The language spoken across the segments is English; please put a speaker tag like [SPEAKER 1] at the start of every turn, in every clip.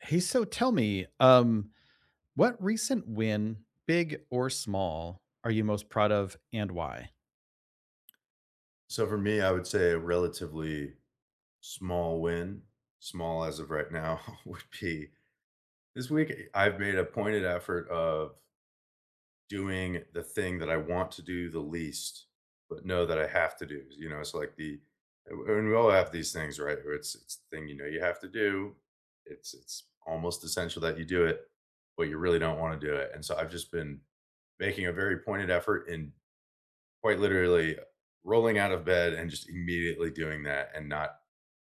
[SPEAKER 1] Hey, so tell me, what recent win, big or small, are you most proud of and why?
[SPEAKER 2] So for me, I would say a relatively small win, small as of right now, would be this week. I've made a pointed effort of doing the thing that I want to do the least, but know that I have to do. You know, it's like the And we all have these things, right? Where it's the thing you know you have to do. It's almost essential that you do it, but you really don't want to do it. And so I've just been making a very pointed effort in quite literally rolling out of bed and just immediately doing that and not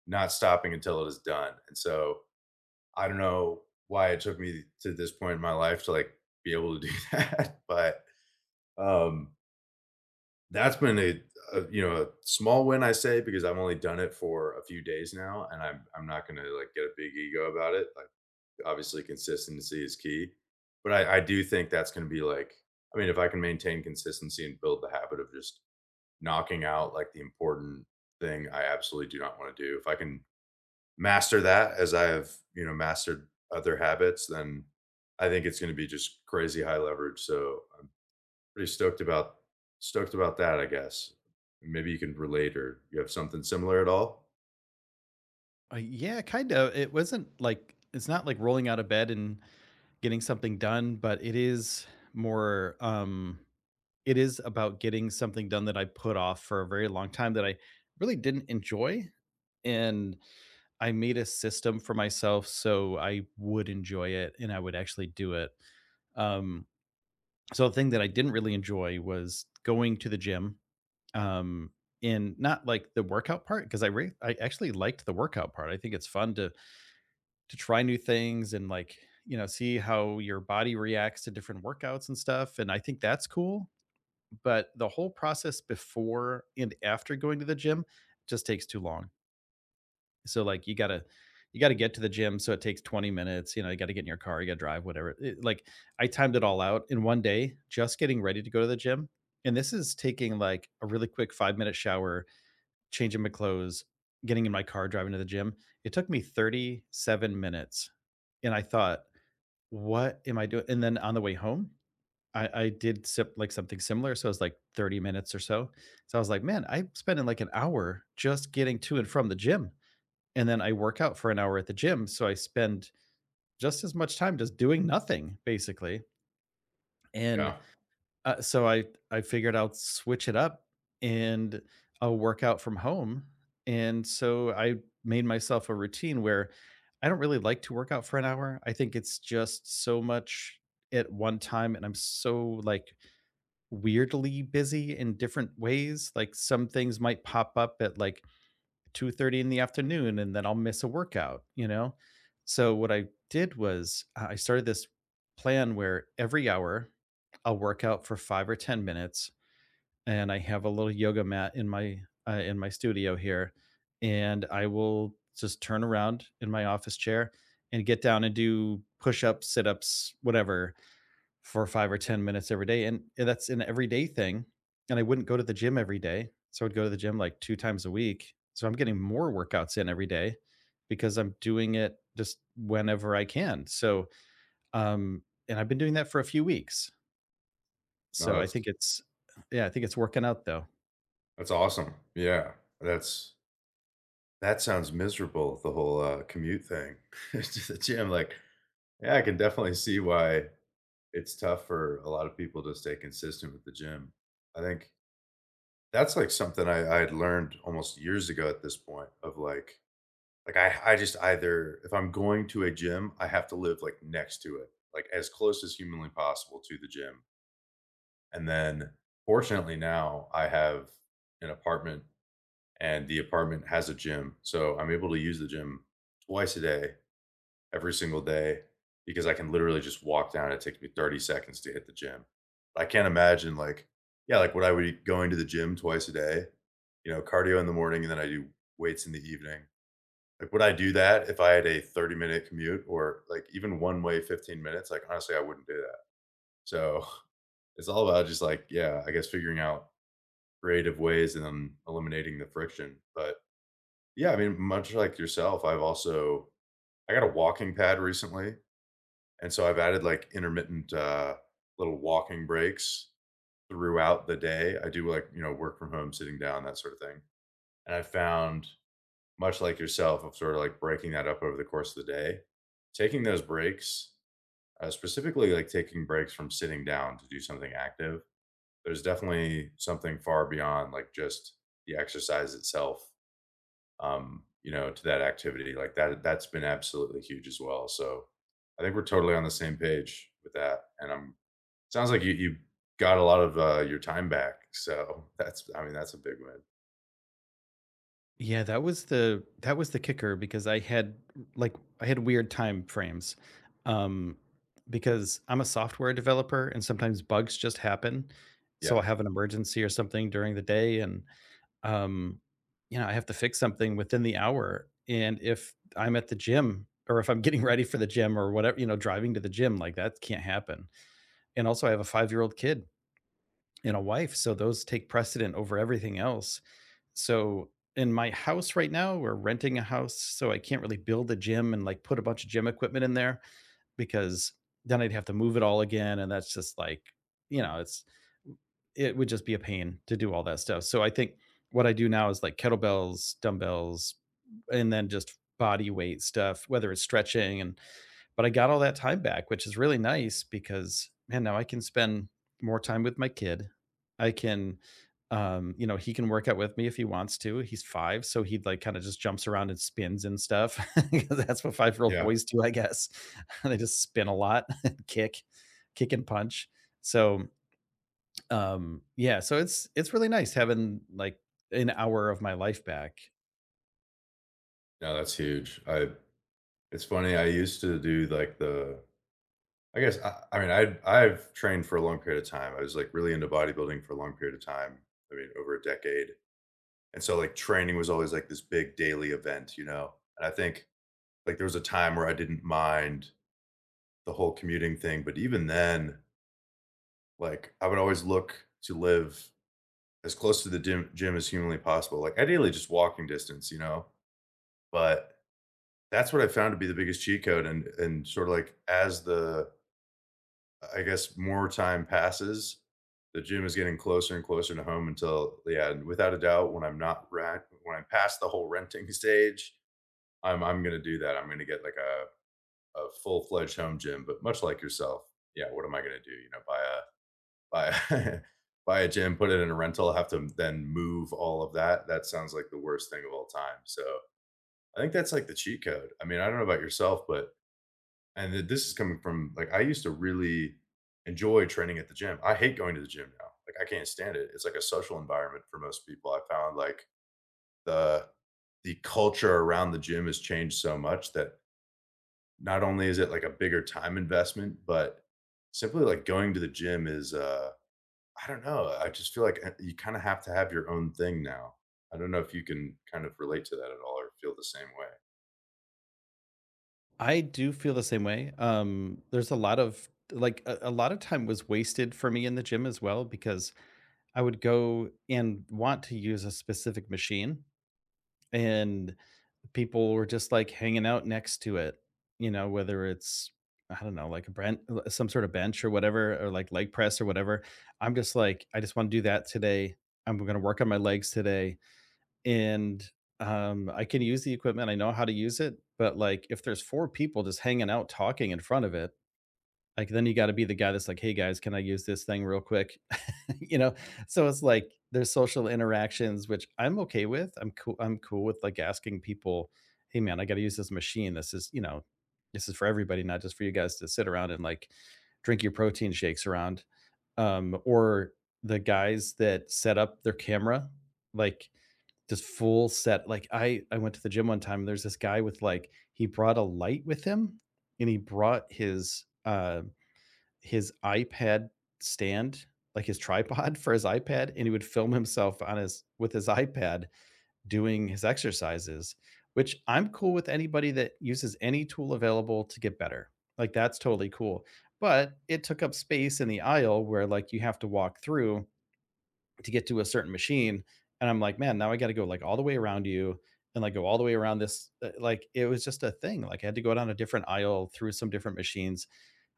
[SPEAKER 2] not stopping until it is done. And so, I don't know why it took me to this point in my life to, like, be able to do that, but, um, that's been a small win, I say, because I've only done it for a few days now, and I'm not gonna, like, get a big ego about it. Like, obviously, consistency is key, but I do think that's gonna be, like, if I can maintain consistency and build the habit of just knocking out like the important thing I absolutely do not want to do. If I can master that as I have, you know, mastered other habits, then I think it's going to be just crazy high leverage. So I'm pretty stoked about that, I guess. Maybe you can relate or you have something similar at all?
[SPEAKER 1] Yeah, kind of. It wasn't like it's not like rolling out of bed and getting something done, but it is more it is about getting something done that I put off for a very long time that I really didn't enjoy, and I made a system for myself so I would enjoy it and I would actually do it. Um so the thing that I didn't really enjoy was going to the gym, um in not like the workout part, because I actually liked the workout part. I think it's fun to try new things, and like, you know, see how your body reacts to different workouts and stuff. And I think that's cool. But the whole process before and after going to the gym just takes too long. So like you gotta get to the gym. So it takes 20 minutes. You know, you gotta get in your car. You gotta drive whatever. Like I timed it all out in 1 day, just getting ready to go to the gym. And this is taking like a really quick 5 minute shower, changing my clothes, getting in my car, driving to the gym. It took me 37 minutes. And I thought, what am I doing? And then on the way home, I did sip like something similar. So it was like 30 minutes or so. So I was like, man, I'm spending like an hour just getting to and from the gym. And then I work out for an hour at the gym. So I spend just as much time just doing nothing, basically. And
[SPEAKER 2] Yeah.
[SPEAKER 1] so I figured I'll switch it up and I'll work out from home. And so I made myself a routine where I don't really like to work out for an hour. I think it's just so much at one time, and I'm so like weirdly busy in different ways. Like some things might pop up at like 2:30 in the afternoon and then I'll miss a workout, you know? So what I did was, I started this plan where every hour I'll work out for 5 or 10 minutes, and I have a little yoga mat in my studio here, and I will just turn around in my office chair and get down and do push-ups, sit-ups, whatever for 5 or 10 minutes every day, and that's an everyday thing. And I wouldn't go to the gym every day. So I'd go to the gym like 2 times a week. So I'm getting more workouts in every day because I'm doing it just whenever I can. So, and I've been doing that for a few weeks.
[SPEAKER 2] No,
[SPEAKER 1] So I
[SPEAKER 2] that's
[SPEAKER 1] think it's yeah, I think it's working out though.
[SPEAKER 2] that's awesome. Yeah. That's that sounds miserable, the whole commute thing to the gym. Like, yeah, I can definitely see why it's tough for a lot of people to stay consistent with the gym. I think that's like something I had learned almost years ago at this point of like I just either if I'm going to a gym, I have to live like next to it, like as close as humanly possible to the gym. And then fortunately now I have an apartment and the apartment has a gym. So I'm able to use the gym twice a day every single day because I can literally just walk down. It takes me 30 seconds to hit the gym. I can't imagine like, yeah, like what I would be going to the gym twice a day, you know, cardio in the morning and then I do weights in the evening. Like, would I do that if I had a 30-minute commute or like even one way 15 minutes? Like, honestly, I wouldn't do that. So it's all about just like, yeah, I guess figuring out creative ways and then eliminating the friction. But yeah, much like yourself, I've also, I got a walking pad recently. And so I've added like intermittent little walking breaks throughout the day. I do like, you know, work from home, sitting down, that sort of thing. And I found, much like yourself, of sort of like breaking that up over the course of the day, taking those breaks, specifically like taking breaks from sitting down to do something active. There's definitely something far beyond like just the exercise itself, you know, to that activity. Like that's been absolutely huge as well. So I think we're totally on the same page with that. And I'm sounds like you got a lot of, your time back, so that's that's a big win.
[SPEAKER 1] Yeah, that was the kicker because I had like I had weird time frames. Um because I'm a software developer and sometimes bugs just happen.
[SPEAKER 2] Yeah,
[SPEAKER 1] So I have an emergency or something during the day, and um you know, I have to fix something within the hour, and if I'm at the gym or if I'm getting ready for the gym or whatever, you know, driving to the gym, like that can't happen. And also I have a 5-year-old kid and a wife, so those take precedent over everything else. So in my house right now, we're renting a house, so I can't really build a gym and like put a bunch of gym equipment in there because then I'd have to move it all again, and that's just like, you know, it's it would just be a pain to do all that stuff. So I think what I do now is like kettlebells, dumbbells, and then just body weight stuff, whether it's stretching and but I got all that time back, which is really nice because, man, now I can spend more time with my kid. I can, you know, he can work out with me if he wants to. He's five, so he like kind of just jumps around and spins and stuff. 'Cause that's what 5 year old
[SPEAKER 2] yeah.
[SPEAKER 1] boys do, I guess. They just spin a lot, and kick and punch. So yeah, so it's really nice having like an hour of my life back.
[SPEAKER 2] No, that's huge. I it's funny, I used to do, like, the I've trained for a long period of time. I was, like, really into bodybuilding for a long period of time, I mean, over a decade, and so, like, training was always, like, this big daily event, you know? And I think, like, there was a time where I didn't mind the whole commuting thing, but even then, like, I would always look to live as close to the gym, as humanly possible. Like ideally, just walking distance, you know. But that's what I found to be the biggest cheat code. And sort of like as the I guess more time passes, the gym is getting closer and closer to home until yeah, and without a doubt, when I'm not rent, when I'm past the whole renting stage, I'm gonna do that. I'm gonna get like a full fledged home gym. But much like yourself, yeah, what am I gonna do? You know, buy a buy buy a gym, put it in a rental, have to then move all of that. That sounds like the worst thing of all time. So I think that's like the cheat code. I mean, I don't know about yourself, but this is coming from like I used to really enjoy training at the gym. I hate going to the gym now. Like I can't stand it. It's like a social environment for most people. I found like the the culture around the gym has changed so much that not only is it like a bigger time investment, but simply like going to the gym is I don't know, I just feel like, you kinda have to have your own thing now. I don't know if you can kind of relate to that at all or feel the same way.
[SPEAKER 1] I do feel the same way. There's a lot of like a lot of time was wasted for me in the gym as well because I would go and want to use a specific machine, and people were just like hanging out next to it. You know, whether it's, I don't know, like a brand, some sort of bench or whatever, or like leg press or whatever. I'm just like, I just want to do that today. I'm going to work on my legs today, and I can use the equipment. I know how to use it, but like if there's four people just hanging out talking in front of it, like then you got to be the guy that's like, "Hey guys, can I use this thing real quick?" You know. So it's like there's social interactions, which I'm okay with. I'm cool. I'm cool with like asking people, "Hey man, I got to use this machine. This is, you know, this is for everybody, not just for you guys to sit around and like drink your protein shakes around." Or the guys that set up their camera, like just full set. Like I went to the gym one time, and there's this guy with like he brought a light with him, and he brought his iPad stand, like his tripod for his iPad, and he would film himself on his with his iPad doing his exercises, which I'm cool with anybody that uses any tool available to get better. Like that's totally cool. But it took up space in the aisle where like you have to walk through to get to a certain machine, and I'm like, man, now I got to go like all the way around you, and like go all the way around this, like it was just a thing, like I had to go down a different aisle through some different machines.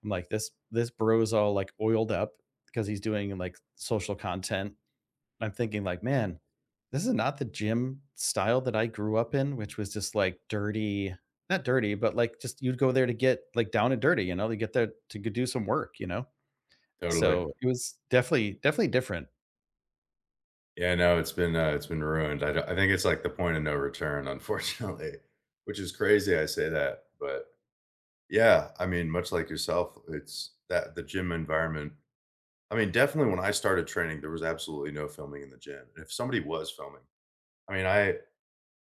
[SPEAKER 1] I'm like, this bro's all like oiled up because he's doing like social content. I'm thinking like, man, this is not the gym style that I grew up in, which was just like dirty, not dirty but like just you'd go there to get like down and dirty, you know, to get there to go do some work, you know.
[SPEAKER 2] Totally.
[SPEAKER 1] So, it was definitely definitely different.
[SPEAKER 2] Yeah, no, it's been ruined. I don't I think it's like the point of no return, unfortunately, which is crazy I say that, but yeah, much like yourself, it's that the gym environment I mean, definitely when I started training, there was absolutely no filming in the gym, and if somebody was filming I mean, I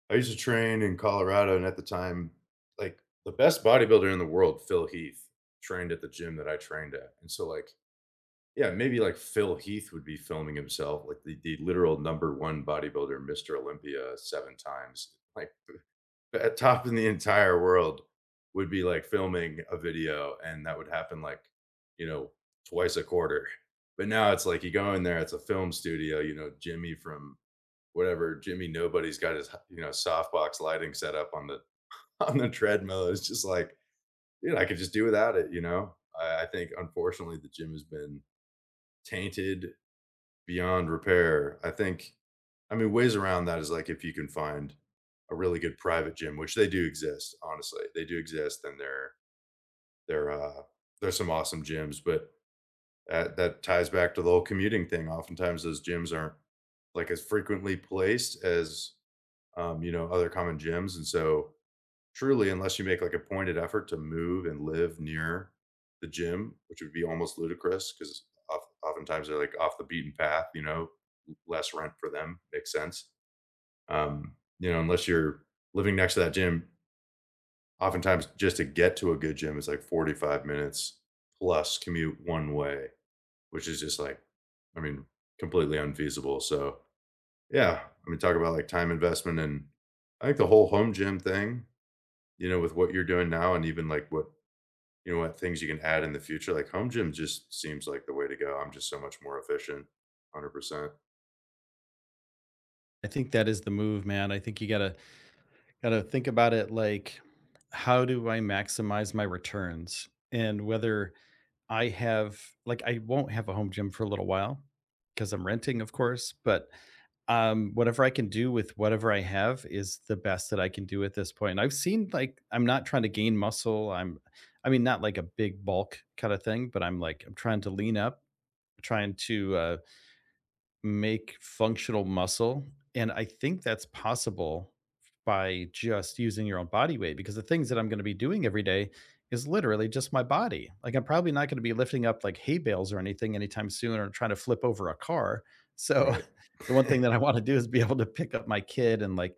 [SPEAKER 2] I used to train in Colorado, and at the time, like the best bodybuilder in the world, Phil Heath, trained at the gym that I trained at. And so, like, yeah, maybe like Phil Heath would be filming himself, like the literal number one bodybuilder, Mr. Olympia, seven times, like at top in the entire world would be like filming a video, and that would happen like, you know, twice a quarter. But now it's like you go in there, it's a film studio, you know, Jimmy from whatever Jimmy Nobody's got his you know softbox lighting set up on the on the treadmill. It's just like, dude, I could just do without it. You know, I think unfortunately the gym has been tainted beyond repair. I think, ways around that is like if you can find a really good private gym, which they do exist. Honestly, they do exist, and they're there's some awesome gyms, but that ties back to the whole commuting thing. Oftentimes, those gyms aren't like as frequently placed as you know, other common gyms. And so, truly, unless you make like a pointed effort to move and live near the gym, which would be almost ludicrous because oftentimes they're like off the beaten path, you know, less rent for them makes sense. You know, unless you're living next to that gym, oftentimes just to get to a good gym is like 45 minutes plus commute one way, which is just like, I mean, completely unfeasible. So, yeah, talk about, like, time investment and I think the whole home gym thing, you know, with what you're doing now and even, like, what you know, what things you can add in the future, like, home gym just seems like the way to go. I'm just so much more efficient, 100%.
[SPEAKER 1] I think that is the move, man. I think you gotta gotta think about it like, how do I maximize my returns? And whether I have like, I won't have a home gym for a little while because I'm renting, of course, but whatever I can do with whatever I have is the best that I can do at this point. And I've seen like I'm not trying to gain muscle. I'm, I mean, not like a big bulk kind of thing, but I'm like I'm trying to lean up, trying to make functional muscle, and I think that's possible by just using your own body weight because the things that I'm gonna be doing every day is literally just my body. Like, I'm probably not gonna be lifting up, like, hay bales or anything anytime soon or trying to flip over a car. So,
[SPEAKER 2] Right.
[SPEAKER 1] the one thing that I wanna do is be able to pick up my kid and, like,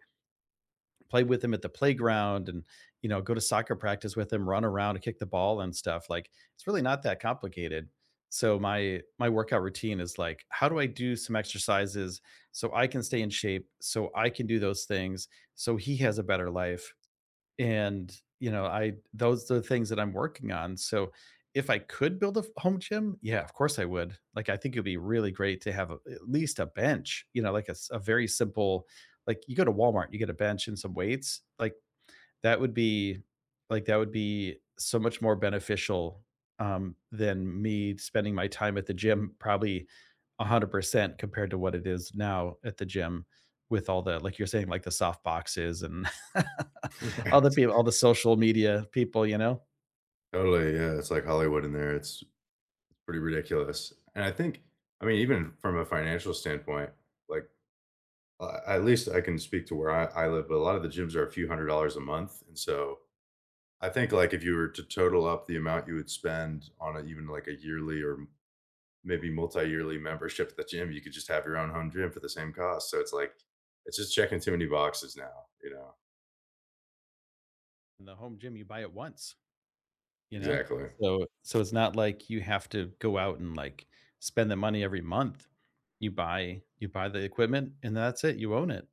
[SPEAKER 1] play with him at the playground and, you know, go to soccer practice with him, run around and kick the ball and stuff. Like it's really not that complicated. So my workout routine is like, how do I do some exercises so I can stay in shape so I can do those things so he has a better life. And, you know, I those are the things that I'm working on. So if I could build a home gym, yeah, of course I would. Like I think it'd be really great to have a, at least a bench, you know, like a very simple, like you go to Walmart, you get a bench and some weights. Like that would be that would be so much more beneficial, than me spending my time at the gym, probably 100% compared to what it is now at the gym with all the, like you're saying, like the soft boxes and
[SPEAKER 2] Yeah,
[SPEAKER 1] all the people, all the social media people, you know?
[SPEAKER 2] totally, yeah, it's like Hollywood in there, it's pretty ridiculous, and I think even from a financial standpoint, like, at least I can speak to where I live, but a lot of the gyms are a few $100s a month, and so I think, like, if you were to total up the amount you would spend on a even, like, a yearly or m maybe multi-yearly membership at the gym, you could just have your own home gym for the same cost, so it's like it's just checking too many boxes now, you know?
[SPEAKER 1] In the home gym, you buy it once, you know?
[SPEAKER 2] Exactly.
[SPEAKER 1] So so it's not like you have to go out and, like, spend the money every month. You buy the equipment, and that's it, you own it.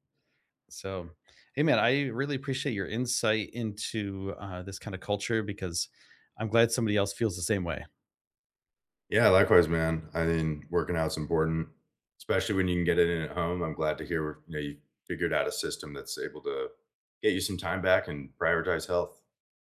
[SPEAKER 1] So, hey man, I really appreciate your insight into this kind of culture because I'm glad somebody else feels the same way.
[SPEAKER 2] Yeah, likewise, man. I mean, working out's important, especially when you can get it in at home. I'm glad to hear, you know, you figured out a system that's able to get you some time back and prioritize health.